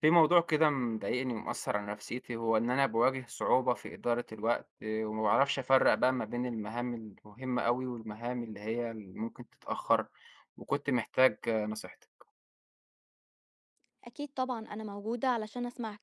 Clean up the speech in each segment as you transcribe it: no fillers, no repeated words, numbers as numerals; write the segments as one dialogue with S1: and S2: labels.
S1: في موضوع كده مضايقني ومأثر على نفسيتي هو إن أنا باواجه صعوبة في إدارة الوقت وما بعرفش أفرق بقى ما بين المهام المهمة أوي والمهام اللي هي اللي ممكن تتأخر، وكنت محتاج نصيحتك.
S2: أكيد طبعًا أنا موجودة علشان أسمعك،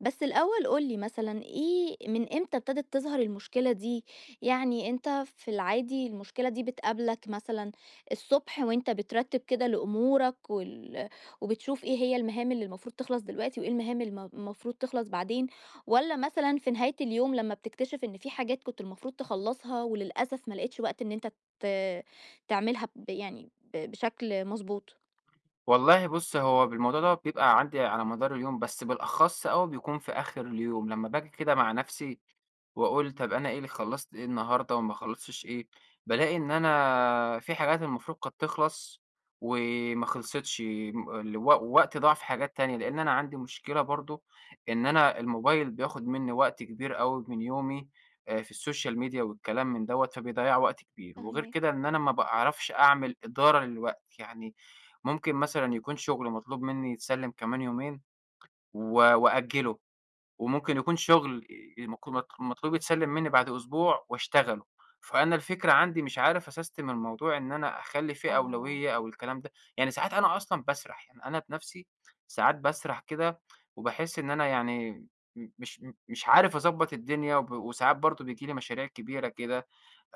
S2: بس الأول قُل لي مثلًا إيه من إمتى ابتدت تظهر المشكلة دي؟ يعني أنت في العادي المشكلة دي بتقابلك مثلًا الصبح وأنت بترتّب كده لأمورك وبتشوف إيه هي المهام اللي المفروض تخلص دلوقتي وإيه المهام المفروض تخلص بعدين، والّا مثلًا في نهاية اليوم لمّا بتكتشف إن في حاجات كنت المفروض تخلّصها وللأسف ما لقيتش وقت إن أنت ت تعملها ب يعني ب بشكل مضبوط؟
S1: والله بُص، هو بالموضوع دوّة بيبقى عندي على مدار اليوم، بس بالأخص أوي بيكون في آخر اليوم، لمّا باجي كده مع نفسي وأقول طَب أنا إيه اللي خلّصت إيه النهارده وما خلّصتش إيه، بالاقي إن أنا في حاجات المفروض كانت تخلص وما خلصتش، م الو ووقتي ضاع في حاجات تانية، لإن أنا عندي مشكلة برضه إن أنا الموبايل بياخد منّي وقت كبير أوي من يومي في السوشيال ميديا والكلام من دوّة، فبيضيّع وقت كبير، وغير
S2: فاهماك.
S1: كده إن أنا ما باعرفش أعمل إدارة للوقت، يعني ممكن مثلًا يكون شغل مطلوب منّي يتسلّم كمان يومين و وأأجّله، وممكن يكون شغل مك مط مطلوب يتسلّم منّي بعد أسبوع واشتغله، فأنا الفكرة عندي مش عارف أسستم الموضوع إن أنا أخلّي فيه
S2: آه.
S1: أولوية أو الكلام ده، يعني ساعات أنا أصلًا باسرح، يعني أنا بنَفْسي ساعات باسرح كده وباحس إن أنا يعني م مش م مش عارف أضبّط الدنيا وساعات برضه بييجي لي مشاريع كبيرة كده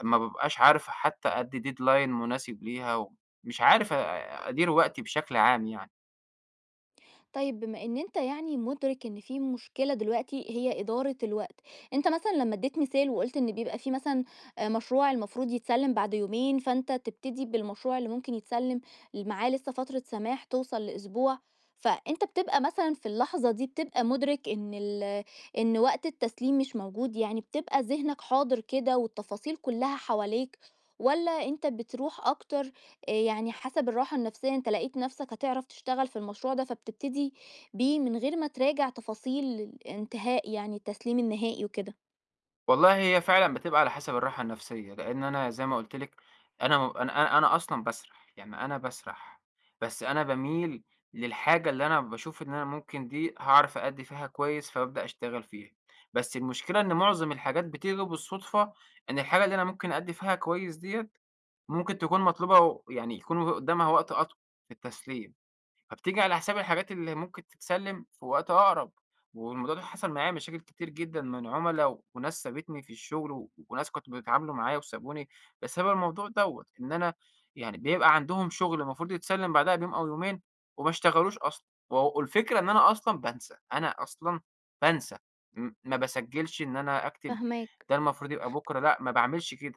S1: ما بابقاش عارف حتّى أدّي deadline مناسب ليها ومش عارف أدير وقتي بشكل عام يعني.
S2: طيب بما إن أنت يعني مُدرِك إن في مشكلة دلوقتي هي إدارة الوقت، أنت مثلًا لمّا ادّيت مثال وقُلت إن بيبقى في مثلًا مشروع المفروض يتسلِّم بعد يومين، فأنت تبتدي بالمشروع اللي ممكن يتسلِّم معاه لسه فترة سماح توصل لأسبوع، فأنت بتبقى مثلًا في اللحظة دي بتبقى مُدرِك إن وقت التسليم مش موجود، يعني بتبقى ذهنك حاضر كده والتفاصيل كُلّها حواليك والّا أنت بتروح أكتر يعني حسب الراحة النفسية أنت لقيت نفسك هتعرف تشتغل في المشروع ده، فبتبتدي بيه من غير ما تراجع تفاصيل الانتهاء يعني التسليم النهائي وكده.
S1: والله هي فعلًا بتبقى على حسب الراحة النفسية، لإن أنا زي ما قُلت لِك أنا أصلًا باسرح، يعني أنا باسرح، بس أنا باميل للحاجة اللي أنا باشوف إن أنا ممكن دي هاعرف أأدّي فيها كويس، فبابدأ أشتغل فيها. بس المشكلة إن معظم الحاجات بتيجي بالصدفة، إن الحاجة اللي أنا ممكن أأدّي فيها كويس ديّة، ممكن تكون مطلوبة و يعني يكون قدامها وقت أطول في التسليم. فبتيجي على حساب الحاجات اللي ممكن تتسلّم في وقت أقرب، والموضوع ده حصل معايا مشاكل كتير جدًا من عُملا وناس سابتني في الشغل و وناس كنت بيتعاملوا معايا وسابوني بسبب الموضوع دوّة، إن أنا يعني بيبقى عندهم شغل المفروض يتسلّم بعدها بيوم أو يومين وما اشتغلوش أصلًا، و والفكرة إن أنا أصلًا بانسى، بانسى، ما باسجّلش إن أنا أكتب
S2: فاهماك.
S1: ده المفروض يبقى بُكرة لأ، ما باعملش كده.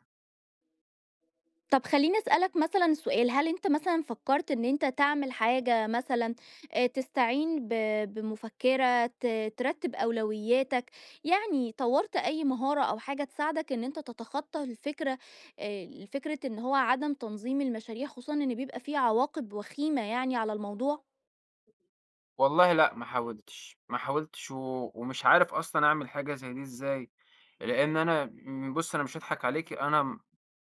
S2: طب خلّيني أسألك مثلًا سؤال، هل أنت مثلًا فكّرت إن أنت تعمل حاجة مثلًا تستعين بمُفكِّرة ترتّب أولوياتك، يعني طوّرت أي مهارة أو حاجة تساعدك إن أنت تتخطى الفكرة فكرة إن هو عدم تنظيم المشاريع، خصوصًا إن بيبقى في عواقب وخيمة يعني على الموضوع؟
S1: والله لأ، ما حاولتش، ما حاولتش و ومش عارف أصلًا أعمل حاجة زي دي إزاي، لإن أنا بُصّي أنا مش هاضحك عليكِ، أنا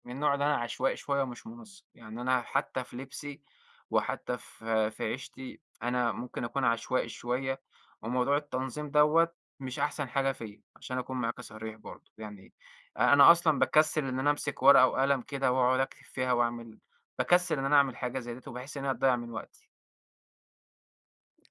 S1: من النوع اللي أنا عشوائي شوية ومش منسق، يعني أنا حتى في لبسي وحتى في في عيشتي أنا ممكن أكون عشوائي شوية، وموضوع التنظيم دوّة مش أحسن حاجة فيّا، عشان أكون معاكِ صريح برضه، يعني أنا أصلًا باكسّل إن أنا أمسك ورقة وقلم كده وأقعد أكتب فيها وأعمل باكسّل إن أنا أعمل حاجة زي ديّة، وباحس إن هي هتضيّع من وقتي.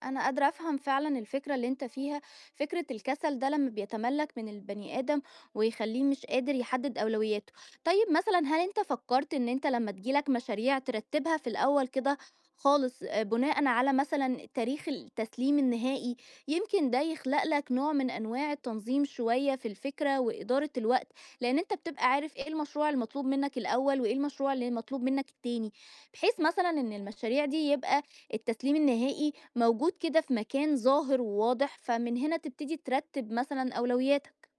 S2: أنا قادرة أفهم فعلا الفكرة اللي أنت فيها، فكرة الكسل ده لما بيتملك من البني آدم ويخليه مش قادر يحدد أولوياته. طيب مثلا هل أنت فكرت إن أنت لما تجيلك مشاريع ترتبها في الأول كده خالص، آه، بناء على مثلا تاريخ التسليم النهائي. يمكن ده يخلق لك نوع من أنواع التنظيم شوية في الفكرة وإدارة الوقت، لأن أنت بتبقى عارف إيه المشروع المطلوب منك الأول وإيه المشروع اللي مطلوب منك التاني، بحيث مثلا إن المشاريع دي يبقى التسليم النهائي موجود كده في مكان ظاهر وواضح، فمن هنا تبتدي ترتب مثلا أولوياتك.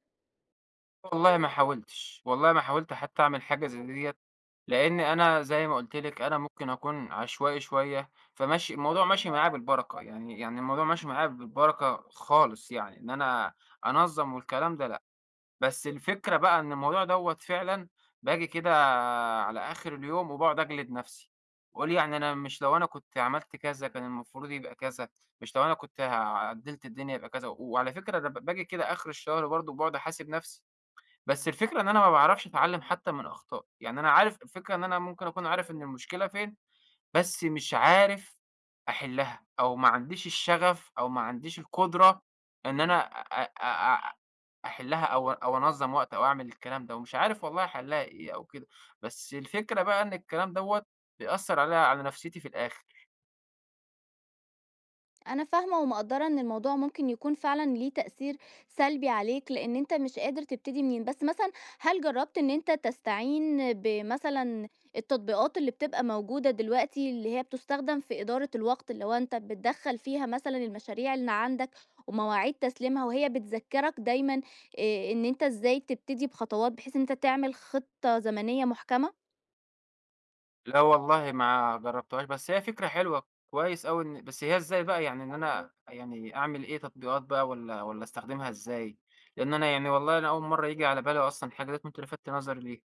S1: والله ما حاولتش، والله ما حاولت حتى أعمل حاجة زي ديّة، لإن أنا زي ما قُلت لِك أنا ممكن أكون عشوائي شوية، فماشي الموضوع ماشي معايا بالبركة، يعني الموضوع ماشي معايا بالبركة خالص يعني، إن أنا أنظّم والكلام ده لأ، بس الفكرة بقى إن الموضوع دوّة فعلًا باجي كده على آخر اليوم وباقعد أجلد نَفْسي، وأقول يعني أنا مش لو أنا كنت عملت كذا كان المفروض يبقى كذا، مش لو أنا كنت عدّلت الدنيا يبقى كذا، وعلى فكرة أنا باجي كده آخر الشهر برضه باقعد أحاسب نَفْسي. بس الفكرة إن أنا ما باعرفش أتعلّم حتى من أخطائي، يعني أنا عارف الفكرة إن أنا ممكن أكون عارف إن المشكلة فين، بس مش عارف أحلّها أو ما عنديش الشغف أو ما عنديش القدرة إن أنا أ أ أ أحلّها أو أو أنظّم وقت أو أعمل الكلام ده، ومش عارف والله حلّها إيه أو كده، بس الفكرة بقى إن الكلام دوّة بيأثّر عليَّ على نفسيتي في الآخر.
S2: أنا فاهمة ومقدرة إن الموضوع ممكن يكون فعلا ليه تأثير سلبي عليك، لأن أنت مش قادر تبتدي منين. بس مثلا هل جربت إن أنت تستعين بمثلا التطبيقات اللي بتبقى موجودة دلوقتي اللي هي بتستخدم في إدارة الوقت، اللي هو أنت بتدخل فيها مثلا المشاريع اللي عندك ومواعيد تسليمها وهي بتذكرك دايما إيه، إن أنت إزاي تبتدي بخطوات بحيث إن أنت تعمل خطة زمنية محكمة؟
S1: لا والله ما جرّبتهاش، بس هي فكرة حلوة، كويس أوي إن بس هي إزاي بقى يعني إن أنا يعني أعمل إيه تطبيقات بقى والّا أستخدمها إزاي؟ لإن أنا يعني والله أنا أول مرّة ييجي على بالي أصلًا الحاجة ديّة وأنت لفتت نظري ليها.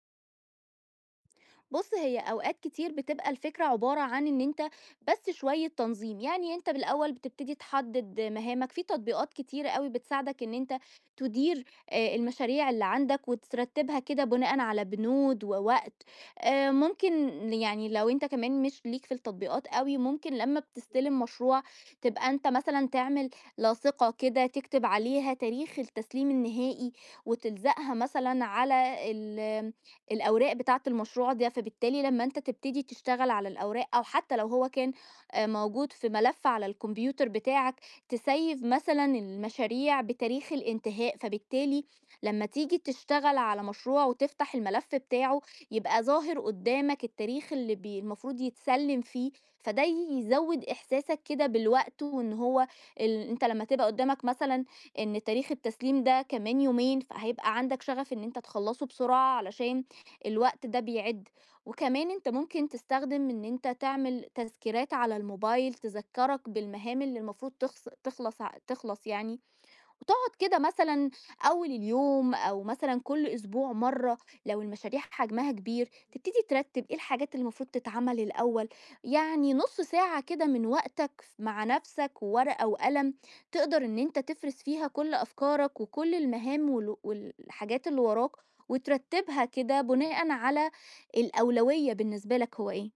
S2: بُص، هي أوقات كتير بتبقى الفكرة عبارة عن إن أنت بس شوية تنظيم، يعني أنت بالأول بتبتدي تحدد مهامك، في تطبيقات كتيرة أوي بتساعدك إن أنت تدير المشاريع اللي عندك وترتبها كده بناءً على بنود ووقت، ممكن يعني لو أنت كمان مش ليك في التطبيقات أوي، ممكن لمّا بتستلم مشروع تبقى أنت مثلًا تعمل لاصِقة كده تكتب عليها تاريخ التسليم النهائي وتلزقها مثلًا على الأوراق بتاعة المشروع ده، فبالتالي لمّا أنت تبتدي تشتغل على الأوراق أو حتى لو هو كان موجود في ملف على الكمبيوتر بتاعك، تسيّف مثلًا المشاريع بتاريخ الانتهاء، فبالتالي لمّا تيجي تشتغل على مشروع وتفتح الملف بتاعه، يبقى ظاهر قدّامك التاريخ اللي المفروض يتسلّم فيه، فده يزوّد إحساسك كده بالوقت وإن هو أنت لمّا تبقى قدّامك مثلًا إن تاريخ التسليم ده كمان يومين، فهيبقى عندك شغف إن أنت تخلّصه بسرعة علشان الوقت ده بيعد. وكمان انت ممكن تستخدم ان انت تعمل تذكيرات على الموبايل تذكرك بالمهام اللي المفروض تخلص تخلص يعني، وتقعد كده مثلًا أول اليوم أو مثلًا كل أسبوع مرّة لو المشاريع حجمها كبير، تبتدي ترتّب إيه الحاجات اللي المفروض تتعمل الأول، يعني نُص ساعة كده من وقتك مع نَفْسك وورقة وقلم تقدر إن أنت تفرِز فيها كل أفكارك وكل المهام والحاجات اللي وراك وترتّبها كده بناءً على الأولوية بالنسبة لك هو إيه.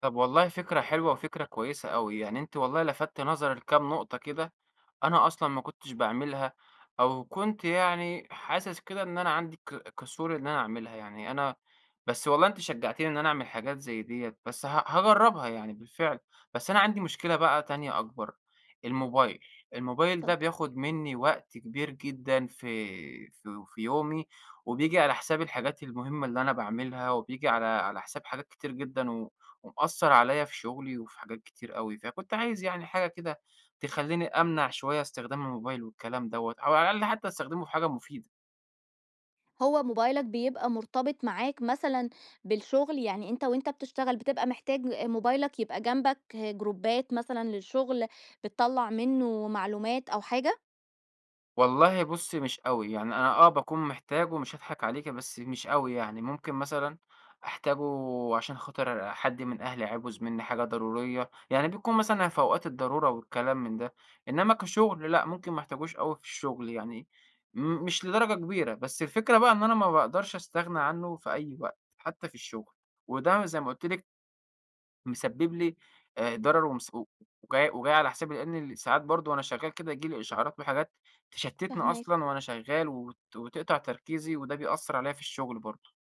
S1: طب والله فكرة حلوة وفكرة كويسة أوي، يعني أنتِ والله لفتتِ نظري لكام نقطة كده أنا أصلًا ما كنتش باعملها، أو كنت يعني حاسس كده إن أنا عندي كسول إن أنا أعملها، يعني أنا بس والله أنتِ شجعتيني إن أنا أعمل حاجات زي ديّة، بس هاجرّبها يعني بالفعل، بس أنا عندي مشكلة بقى تانية أكبر، الموبايل، الموبايل ده
S2: اتفضل.
S1: بياخد منّي وقت كبير جدًا في في يومي، وبييجي على حساب الحاجات المهمة اللي أنا باعملها، وبييجي على على حساب حاجات كتير جدًا، و ومأثّر عليَّ في شغلي وفي حاجات كتير أوي، فكنت عايز يعني حاجة كده تخلّيني أمنع شوية استخدام الموبايل والكلام دوّة، أو على الأقل حتى أستخدمه في حاجة مفيدة.
S2: هو موبايلك بيبقى مرتبط معاك مثلًا بالشغل، يعني أنت وأنت بتشتغل بتبقى محتاج موبايلك يبقى جنبك، جروبات مثلًا للشغل، بتطلّع منه معلومات أو حاجة؟
S1: والله بُص مش أوي، يعني أنا باكون محتاجه مش هاضحك عليكِ، بس مش أوي يعني، ممكن مثلًا أحتاجه عشان خاطر حد من أهلي عاوز منّي حاجة ضرورية، يعني بيكون مثلًا في أوقات الضرورة والكلام من ده. إنّما كشغل لأ، ممكن ما احتاجوش أوي في الشغل يعني، مش لدرجة كبيرة، بس الفكرة بقى إن أنا ما باقدرش أستغنى عنّه في أي وقت، حتى في الشغل. وده زي ما قُلت لِك مسبب لي ضرر ومس و وجاي وجاي على حسابي، لإن ساعات برضه وأنا شغّال كده ييجي لي إشعارات وحاجات تشتّتني
S2: فاهماك.
S1: أصلًا وأنا شغّال وتقطع تركيزي، وده بيأثّر عليّا في الشغل برضه.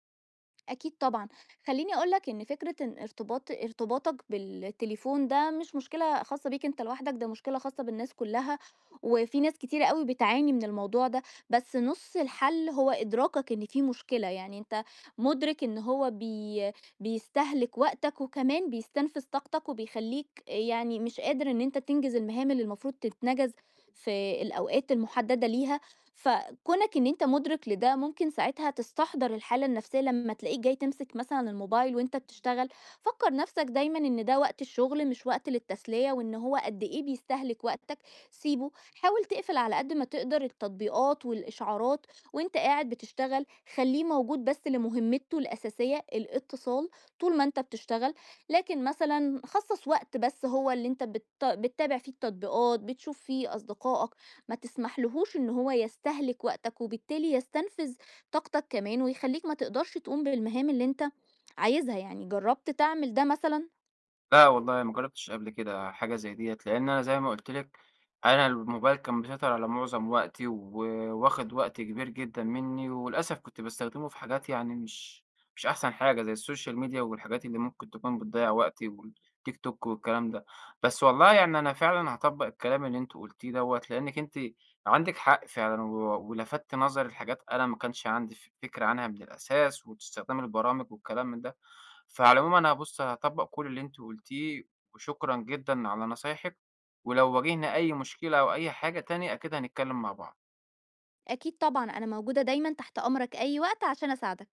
S2: أكيد طبعًا، خلّيني أقول لك إن فكرة إن ارتباطك بالتليفون ده مش مشكلة خاصة بيك أنت لوحدك، ده مشكلة خاصة بالناس كلّها، وفي ناس كتيرة أوي بتعاني من الموضوع ده، بس نُص الحل هو إدراكك إن في مشكلة، يعني أنت مُدرك إن هو بيستهلك وقتك وكمان بيستنفذ طاقتك وبيخلّيك يعني مش قادر إن أنت تنجز المهام اللي المفروض تتنجز في الأوقات المحددة ليها، فكونك إن أنت مُدرِك لده، ممكن ساعتها تستحضر الحالة النفسية لمّا تلاقيك جاي تمسك مثلًا الموبايل وأنت بتشتغل، فكّر نفسك دايمًا إن ده وقت الشغل مش وقت للتسلية، وإن هو قد إيه بيستهلك وقتك، سيبه. حاول تقفل على قد ما تقدر التطبيقات والإشعارات وأنت قاعد بتشتغل، خلّيه موجود بس لمهمته الأساسية، الاتصال طول ما أنت بتشتغل، لكن مثلًا خصّص وقت بس هو اللي أنت بتتابع فيه التطبيقات، بتشوف فيه أصدقائك. ما تسمحلهوش إن هو يستهلك وقتك، وبالتالي يستنفذ طاقتك كمان، ويخلّيك ما تقدرش تقوم بالمهام اللي أنت عايزها يعني، جرّبت تعمل ده مثلًا؟
S1: لأ والله ما جرّبتش قبل كده حاجة زي ديّة، لإن أنا زي ما قُلت لِك أنا الموبايل كان مسيطر على معظم وقتي، وواخد وقت كبير جدًا منّي، وللأسف كنت باستخدمه في حاجات يعني مش أحسن حاجة زي السوشيال ميديا والحاجات اللي ممكن تكون بتضيّع وقتي والتيك توك والكلام ده. بس والله يعني أنا فعلًا هاطبّق الكلام اللي أنتِ قُلتيه دوّة، لإنِّك أنتِ عندِك حق فعلًا و ولفتِ نظري لحاجات أنا ما كانش عندي فكرة عنها من الأساس، واستخدام البرامج والكلام من ده. فعلى العموم أنا بُص هاطبّق كل اللي أنتِ قُلتيه، وشكرًا جدًا على نصايحِك، ولو واجهنا أي مشكلة أو أي حاجة تاني أكيد هنتكلّم مع بعض.
S2: أكيد طبعًا، أنا موجودة دايمًا تحت أمرك أي وقت عشان أساعدك.